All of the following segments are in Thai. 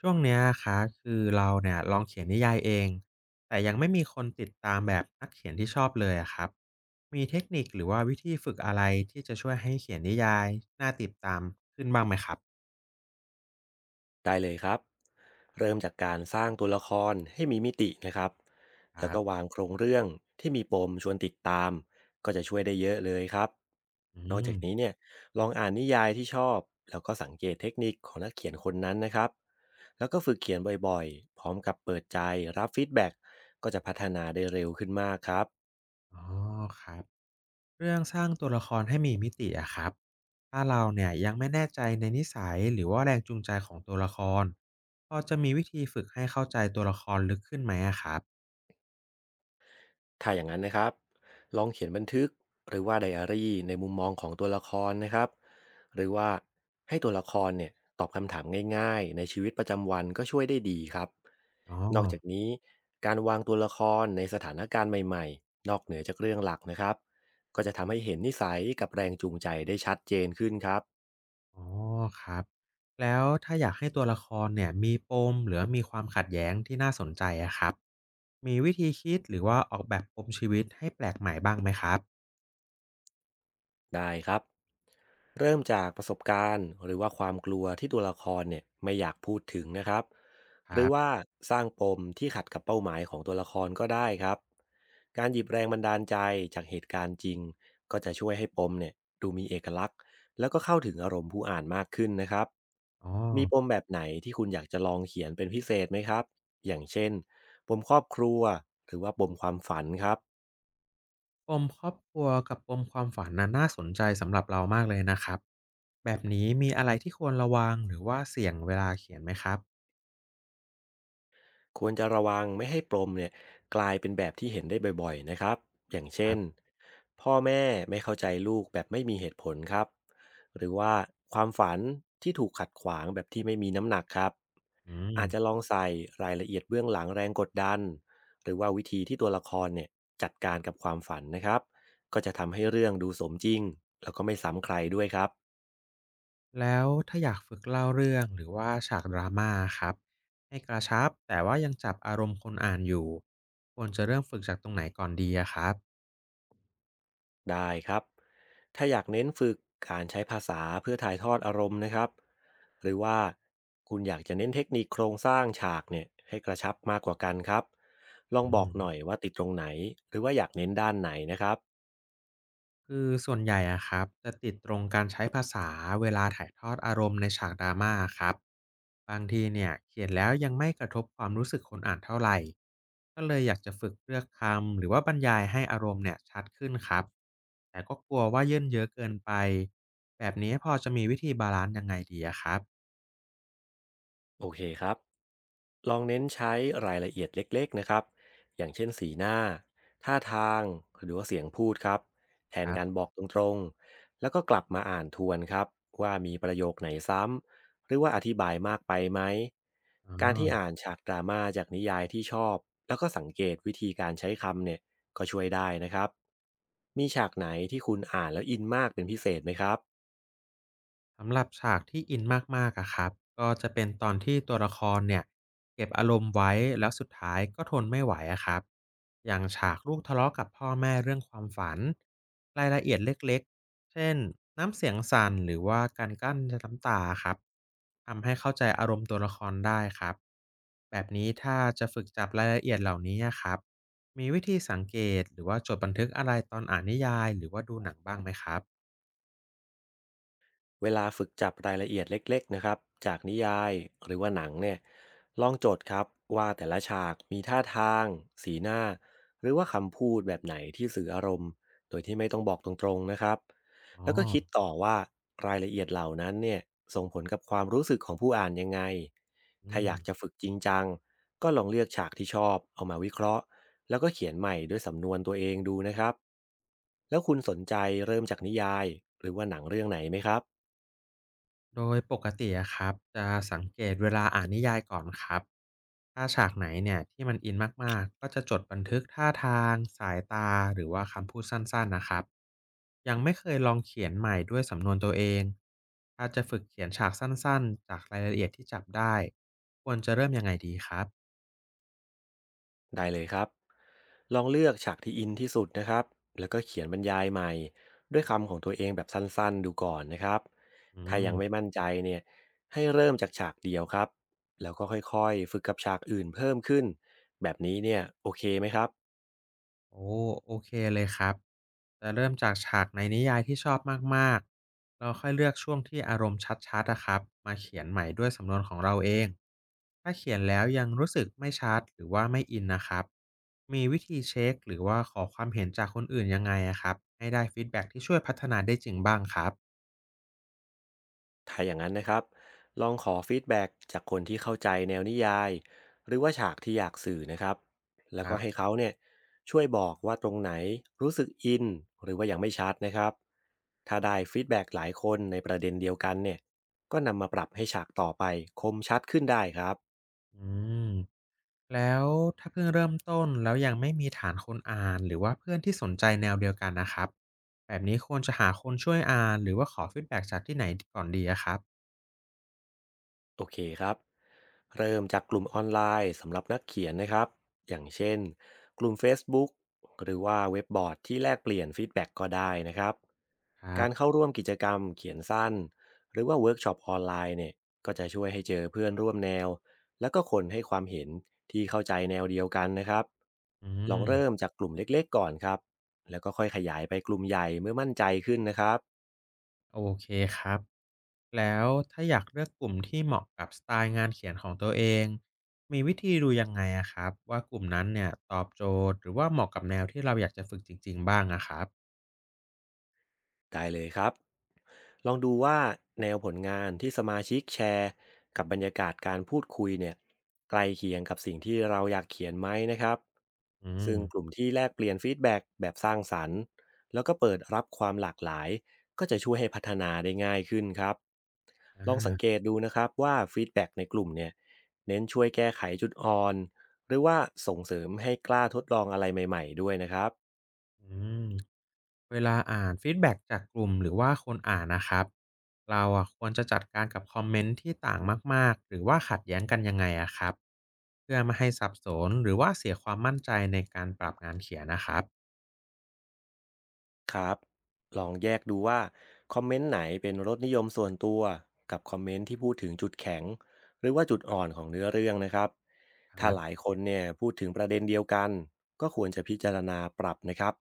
ช่วงเนี้ยครับคือเราเนี่ยลองเขียนนิยายเองแต่ยังไม่มีคนติดตามแบบนักเขียนที่ชอบเลยอะครับมีเทคนิคหรือว่าวิธีฝึกอะไรที่จะช่วยให้เขียนนิยายน่าติดตามขึ้นบ้างไหมครับได้เลยครับเริ่มจากการสร้างตัวละครให้มีมิตินะครับคแล้วรัก็บวางโครงเรื่องที่มีปมชวนติดตามก็จะช่วยได้เยอะเลยครับอืนอกจามกนี้เนี่ยลองอ่านนิยายที่ชอบแล้วก็สังเกตเทคนิคของนักเขียนคนนั้นนะครับแล้วก็ฝึกเขียนบ่อยๆพร้อมกับเปิดใจรับฟีดแบ็กก็จะพัฒนาได้เร็วขึ้นมากครับ อ๋อครับเรื่องสร้างตัวละครให้มีมิติอะครับถ้าเราเนี่ยยังไม่แน่ใจในนิสัยหรือว่าแรงจูงใจของตัวละครพอจะมีวิธีฝึกให้เข้าใจตัวละครลึกขึ้นไหมอะครับถ้าอย่างนั้นนะครับ ลองเขียนบันทึกหรือว่าไดอารี่ในมุมมองของตัวละครนะครับ หรือว่าให้ตัวละครเนี่ยตอบคำถามง่ายๆในชีวิตประจำวันก็ช่วยได้ดีครับ อ๋อ นอกจากนี้การวางตัวละครในสถานการณ์ใหม่ๆนอกเหนือจากเรื่องหลักนะครับก็จะทำให้เห็นนิสัยกับแรงจูงใจได้ชัดเจนขึ้นครับ อ๋อครับแล้วถ้าอยากให้ตัวละครเนี่ยมีปมหรือว่ามีความขัดแย้งที่น่าสนใจอะครับมีวิธีคิดหรือว่าออกแบบปมชีวิตให้แปลกใหม่บ้างไหมครับได้ครับ เริ่มจากประสบการณ์หรือว่าความกลัวที่ตัวละครเนี่ยไม่อยากพูดถึงนะครับคหรืรัอว่าบสร้างปมที่ขัดกับเป้าหมายของตัวละครก็ได้ครับการหยิบแรงบันดาลใจจากเหตุการณ์จริงก็จะช่วยให้ปมเนี่ยดูมีเอกลักษณ์แล้วก็เข้าถึงอารมณ์ผู้อ่านมากขึ้นนะครับอ๋อมีปมแบบไหนที่คุณอยากจะลองเขียนเป็นพิเศษไหมครับอย่างเช่นปมครอบครัวหรือว่าปมความฝันครับ ปมครอบครัวกับปมความฝันน่ะน่าสนใจสำหรับเรามากเลยนะครับแบบนี้มีอะไรที่ควรระวังหรือว่าเสี่ยงเวลาเขียนไหมครับควรจะระวังไม่ให้ปลมเนี่ยกลายเป็นแบบที่เห็นได้บ่อยๆนะครับอย่างคเช่รันบพ่อแม่ไม่เข้าใจลูกแบบไม่มีเหตุผลครับหรือว่าความฝันที่ถูกขัดขวางแบบที่ไม่มีน้ำหนักครับอืม อาจจะลองใส่รายละเอียดเบื้องหลังแรงกดดันหรือว่าวิธีที่ตัวละครเนี่ยจัดการกับความฝันนะครับก็จะทำให้เรื่องดูสมจริงแล้วก็ไม่ซ้ำใครด้วยครับ แล้วถ้าอยากฝึกเล่าเรื่องหรือว่าฉากดราม่าครับให้กระชับแต่ว่ายังจับอารมณ์คนอ่านอยู่ควรจะเริ่มฝึกจากตรงไหนก่อนดีอะครับได้ครับ ถ้าอยากเน้นฝึกการใช้ภาษาเพื่อถ่ายทอดอารมณ์นะครับหรือว่าคุณอยากจะเน้นเทคนิคโครงสร้างฉากเนี่ยให้กระชับมากกว่ากันครับ ลองอืบอกม หน่อยว่าติดตรงไหน หรือว่าอยากเน้นด้านไหนนะครับ คือส่วนใหญ่อะครับจะติดตรงการใช้ภาษาเวลาถ่ายทอดอารมณ์ในฉากดราม่าครับบางทีเนี่ยเขียนแล้วยังไม่กระทบความรู้สึกคนอ่านเท่าไหรก็เลยอยากจะฝึกเลือกคำหรือว่าบรรยายให้อารมณ์เนี่ยชัดขึ้นครับแต่ก็กลัวว่าเย่นเยอะเกินไปแบบนี้พอจะมีวิธีบาลานซ์ยังไงดีอะครับโอเคครับ ลองเน้นใช้รายละเอียดเล็กๆนะครับ อย่างเช่นสีหน้าท่าทางหรือว่าเสียงพูดครับ แทคนรัการบบอกตรงๆ แล้วก็กลับมาอ่านทวนครับว่ามีประโยคไหนซ้ำหรือว่าอธิบายมากไปไหม อการ๋อ ที่อ่านฉากดราม่าจากนิยายที่ชอบ แล้วก็สังเกตวิธีการใช้คำเนี่ยก็ช่วยได้นะครับมีฉากไหนที่คุณอ่านแล้วอินมากเป็นพิเศษไหมครับ สำหรับฉากที่อินมากๆอะครับก็จะเป็นตอนที่ตัวละครเนี่ยเก็บอารมณ์ไว้แล้วสุดท้ายก็ทนไม่ไหวอะครับอย่างฉากลูกทะเลาะกับพ่อแม่เรื่องความฝันรายละเอียดเล็กๆเช่นน้ำเสียงสั่นหรือว่าการกลั้นน้ำตาครับทำให้เข้าใจอารมณ์ตัวละครได้ครับแบบนี้ถ้าจะฝึกจับรายละเอียดเหล่านี้อะครับมีวิธีสังเกตหรือว่าจดบันทึกอะไรตอนอ่านนิยายหรือว่าดูหนังบ้างไหมครับเวลาฝึกจับรายละเอียดเล็กๆนะครับจากนิยายหรือว่าหนังเนี่ยลองโจทย์ครับว่าแต่ละฉากมีท่าทางสีหน้าหรือว่าคำพูดแบบไหนที่สื่ออารมณ์โดยที่ไม่ต้องบอกตรงๆนะครับอ๋อแล้วก็คิดต่อว่ารายละเอียดเหล่านั้นเนี่ยส่งผลกับความรู้สึกของผู้อ่านยังไงอืถ้าอม ยากจะฝึกจริงจังก็ลองเลือกฉากที่ชอบเอามาวิเคราะห์แล้วก็เขียนใหม่ด้วยสำนวนตัวเองดูนะครับแล้วคุณสนใจเริ่มจากนิยายหรือว่าหนังเรื่องไหนไหมครับ โดยปกติอะครับจะสังเกตเวลาอ่านนิยายก่อนครับถ้าฉากไหนเนี่ยที่มันอินมากๆก็จะจดบันทึกท่าทางสายตาหรือว่าคำพูดสั้นๆนะครับยังไม่เคยลองเขียนใหม่ด้วยสำนวนตัวเองถ้าจะฝึกเขียนฉากสั้นๆจากรายละเอียดที่จับได้ควรจะเริ่มยังไงดีครับได้เลยครับ ลองเลือกฉากที่อินที่สุดนะครับ แล้วก็เขียนบรรยายใหม่ด้วยคำของตัวเองแบบสั้นๆดูก่อนนะครับอืถ้ายัม งไม่มั่นใจเนี่ยให้เริ่มจากฉากเดียวครับ แล้วก็ค่อยๆฝึกกับฉากอื่นเพิ่มขึ้น แบบนี้เนี่ยโอเคไหมครับ โอ้โอเคเลยครับจะเริ่มจากฉากในนิยายที่ชอบมากๆแล้วค่อยเลือกช่วงที่อารมณ์ชัดๆอะครับมาเขียนใหม่ด้วยสำนวนของเราเองถ้าเขียนแล้วยังรู้สึกไม่ชัดหรือว่าไม่อินนะครับมีวิธีเช็คหรือว่าขอความเห็นจากคนอื่นยังไงอะครับให้ได้ฟีดแบ็กที่ช่วยพัฒนาได้จริงบ้างครับถ้าอย่างนั้นนะครับลองขอฟีดแบ็กจากคนที่เข้าใจแนวนิยาย หรือว่าฉากที่อยากสื่อนะครับแล้ควก็รัให้บ เขาเนี่ยช่วยบอกว่าตรงไหนรู้สึกอิน หรือว่ายังไม่ชัดนะครับถ้าได้ฟีดแบ็กหลายคนในประเด็นเดียวกันเนี่ยก็นำมาปรับให้ฉากต่อไปคมชัดขึ้นได้ครับอืมแล้วถ้าเพิ่งเริ่มต้นแล้วยังไม่มีฐานคนอ่านหรือว่าเพื่อนที่สนใจแนวเดียวกันนะครับแบบนี้ควรจะหาคนช่วยอ่านหรือว่าขอฟีดแบ็กจากที่ไหนก่อนดีอะครับโอเคครับ เริ่มจากกลุ่มออนไลน์สำหรับนักเขียนนะครับอย่างเช่นกลุ่ม Facebook หรือว่าเว็บบอร์ดที่แลกเปลี่ยนฟีดแบ็กก็ได้นะครับ ครัการบเข้าร่วมกิจกรรมเขียนสั้นหรือว่าเวิร์กช็อปออนไลน์เนี่ยก็จะช่วยให้เจอเพื่อนร่วมแนวแล้วก็คนให้ความเห็นที่เข้าใจแนวเดียวกันนะครับอืลองเริ่มมจากกลุ่มเล็กๆก่อนครับแล้วก็ค่อยขยายไปกลุ่มใหญ่เมื่อมั่นใจขึ้นนะครับ โอเคครับแล้วถ้าอยากเลือกกลุ่มที่เหมาะกับสไตล์งานเขียนของตัวเองมีวิธีดูยังไงอะครับว่ากลุ่มนั้นเนี่ยตอบโจทย์หรือว่าเหมาะกับแนวที่เราอยากจะฝึกจริงๆบ้างอะครับได้เลยครับ ลองดูว่าแนวผลงานที่สมาชิกแชร์กับบรรยากาศการพูดคุยเนี่ยใกล้เคียงกับสิ่งที่เราอยากเขียนไหมนะครับอืซึ่งกมลุ่มที่แลกเปลี่ยนฟีดแบ็กแบบสร้างสรรค์แล้วก็เปิดรับความหลากหลายก็จะช่วยให้พัฒนาได้ง่ายขึ้นครับ อ่ลองสังา เกตดูนะครับว่าฟีดแบ็กในกลุ่มเนี่ยเน้นช่วยแก้ไขจุดอ่อนหรือว่าส่งเสริมให้กล้าทดลองอะไรใหม่ๆด้วยนะครับ อืมเวลาอ่านฟีดแบ็กจากกลุ่มหรือว่าคนอ่านนะครับเราอ่ะควรจะจัดการกับคอมเมนต์ที่ต่างมากๆหรือว่าขัดแย้งกันยังไงอะครับเพื่อไม่ให้สับสนหรือว่าเสียความมั่นใจในการปรับงานเขียนนะครับครับลองแยกดูว่าคอมเมนต์ไหนเป็นรสนิยมส่วนตัวกับคอมเมนต์ที่พูดถึงจุดแข็งหรือว่าจุดอ่อนของเนื้อเรื่องนะครับคถ้ารับหลายคนเนี่ยพูดถึงประเด็นเดียวกันก็ควรจะพิจารณาปรับนะครับ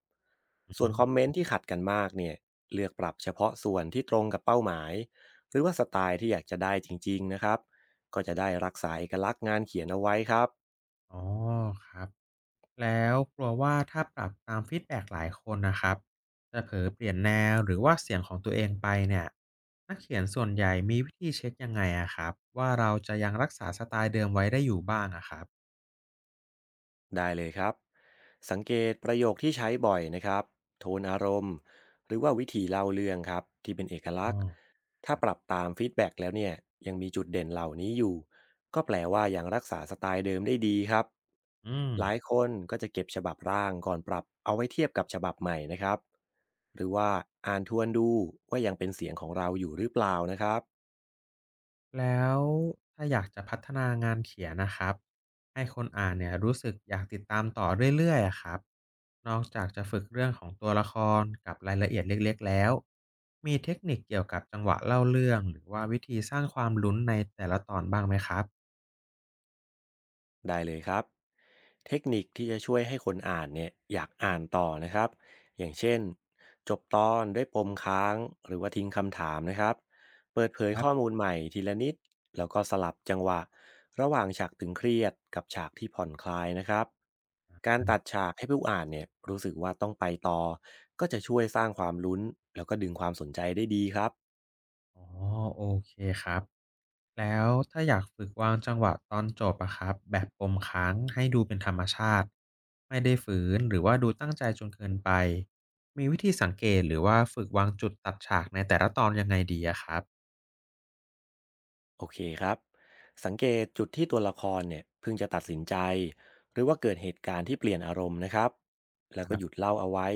ส่วนอืคอมเมมนต์ที่ขัดกันมากเนี่ยเลือกปรับเฉพาะส่วนที่ตรงกับเป้าหมายหรือว่าสไตล์ที่อยากจะได้จริงๆนะครับก็จะได้รักษาเอกลักษณ์งานเขียนเอาไว้ครับ อ๋อครับแล้วกลัวว่าถ้าปรับตามฟีดแบ็กหลายคนนะครับจะเผลอเปลี่ยนแนวหรือว่าเสียงของตัวเองไปเนี่ยนักเขียนส่วนใหญ่มีวิธีเช็คยังไงอะครับว่าเราจะยังรักษาสไตล์เดิมไว้ได้อยู่บ้างอะครับ ได้เลยครับสังเกตประโยคที่ใช้บ่อยนะครับโทนอารมณ์หรือว่าวิธีเล่าเรื่องครับที่เป็นเอกลักอ๋อษณ์ถ้าปรับตามฟีดแบ็กแล้วเนี่ยยังมีจุดเด่นเหล่านี้อยู่ก็แปลว่ายังรักษาสไตล์เดิมได้ดีครับอืมหลายคนก็จะเก็บฉบับร่างก่อนปรับเอาไว้เทียบกับฉบับใหม่นะครับหรือว่าอ่านทวนดูว่ายังเป็นเสียงของเราอยู่หรือเปล่านะครับ แล้วถ้าอยากจะพัฒนางานเขียนนะครับให้คนอ่านเนี่ยรู้สึกอยากติดตามต่อเรื่อยๆอะครับนอกจากจะฝึกเรื่องของตัวละครกับรายละเอียดเล็กๆแล้วมีเทคนิคเกี่ยวกับจังหวะเล่าเรื่องหรือว่าวิธีสร้างความลุ้นในแต่ละตอนบ้างไหมครับได้เลยครับเทคนิคที่จะช่วยให้คนอ่านเนี่ยอยากอ่านต่อนะครับอย่างเช่นจบตอนด้วยปมค้างหรือว่าทิ้งคำถามนะครับเปิดเผยครัข้อบมูลใหม่ทีละนิดแล้วก็สลับจังหวะระหว่างฉากตึงเครียดกับฉากที่ผ่อนคลายนะครับการตัดฉากให้ผู้อ่านเนี่ยรู้สึกว่าต้องไปต่อก็จะช่วยสร้างความลุ้นแล้วก็ดึงความสนใจได้ดีครับ อ๋อโอเคครับ แล้วถ้าอยากฝึกวางจังหวะตอนจบอะครับแบบปมค้างให้ดูเป็นธรรมชาติไม่ได้ฝืนหรือว่าดูตั้งใจจนเกินไปมีวิธีสังเกตหรือว่าฝึกวางจุดตัดฉากในแต่ละตอนยังไงดีอะครับโอเคครับสังเกตจุดที่ตัวละครเนี่ยเพิ่งจะตัดสินใจหรือว่าเกิดเหตุการณ์ที่เปลี่ยนอารมณ์นะครับคแล้วก็รัหยุดบเล่าเอาไว้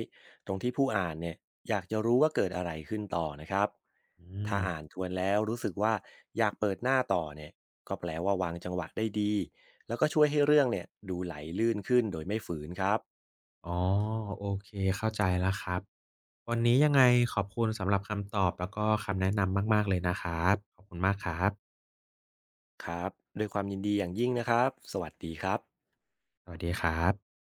ตรงที่ผู้อ่านเนี่ยอยากจะรู้ว่าเกิดอะไรขึ้นต่อนะครับอืถ้ามอ่านทวนแล้วรู้สึกว่าอยากเปิดหน้าต่อเนี่ยก็แปลว่าวางจังหวะได้ดีแล้วก็ช่วยให้เรื่องเนี่ยดูไหลลื่นขึ้นโดยไม่ฝืนครับอ๋อโอเคเข้าใจแล้วครับวันนี้ยังไงขอบคุณสำหรับคำตอบแล้วก็คำแนะนำมากๆเลยนะครับขอบคุณมากครับครับโดวยความยินดีอย่างยิ่งนะครับสวัสดีครับสวัสดีครับ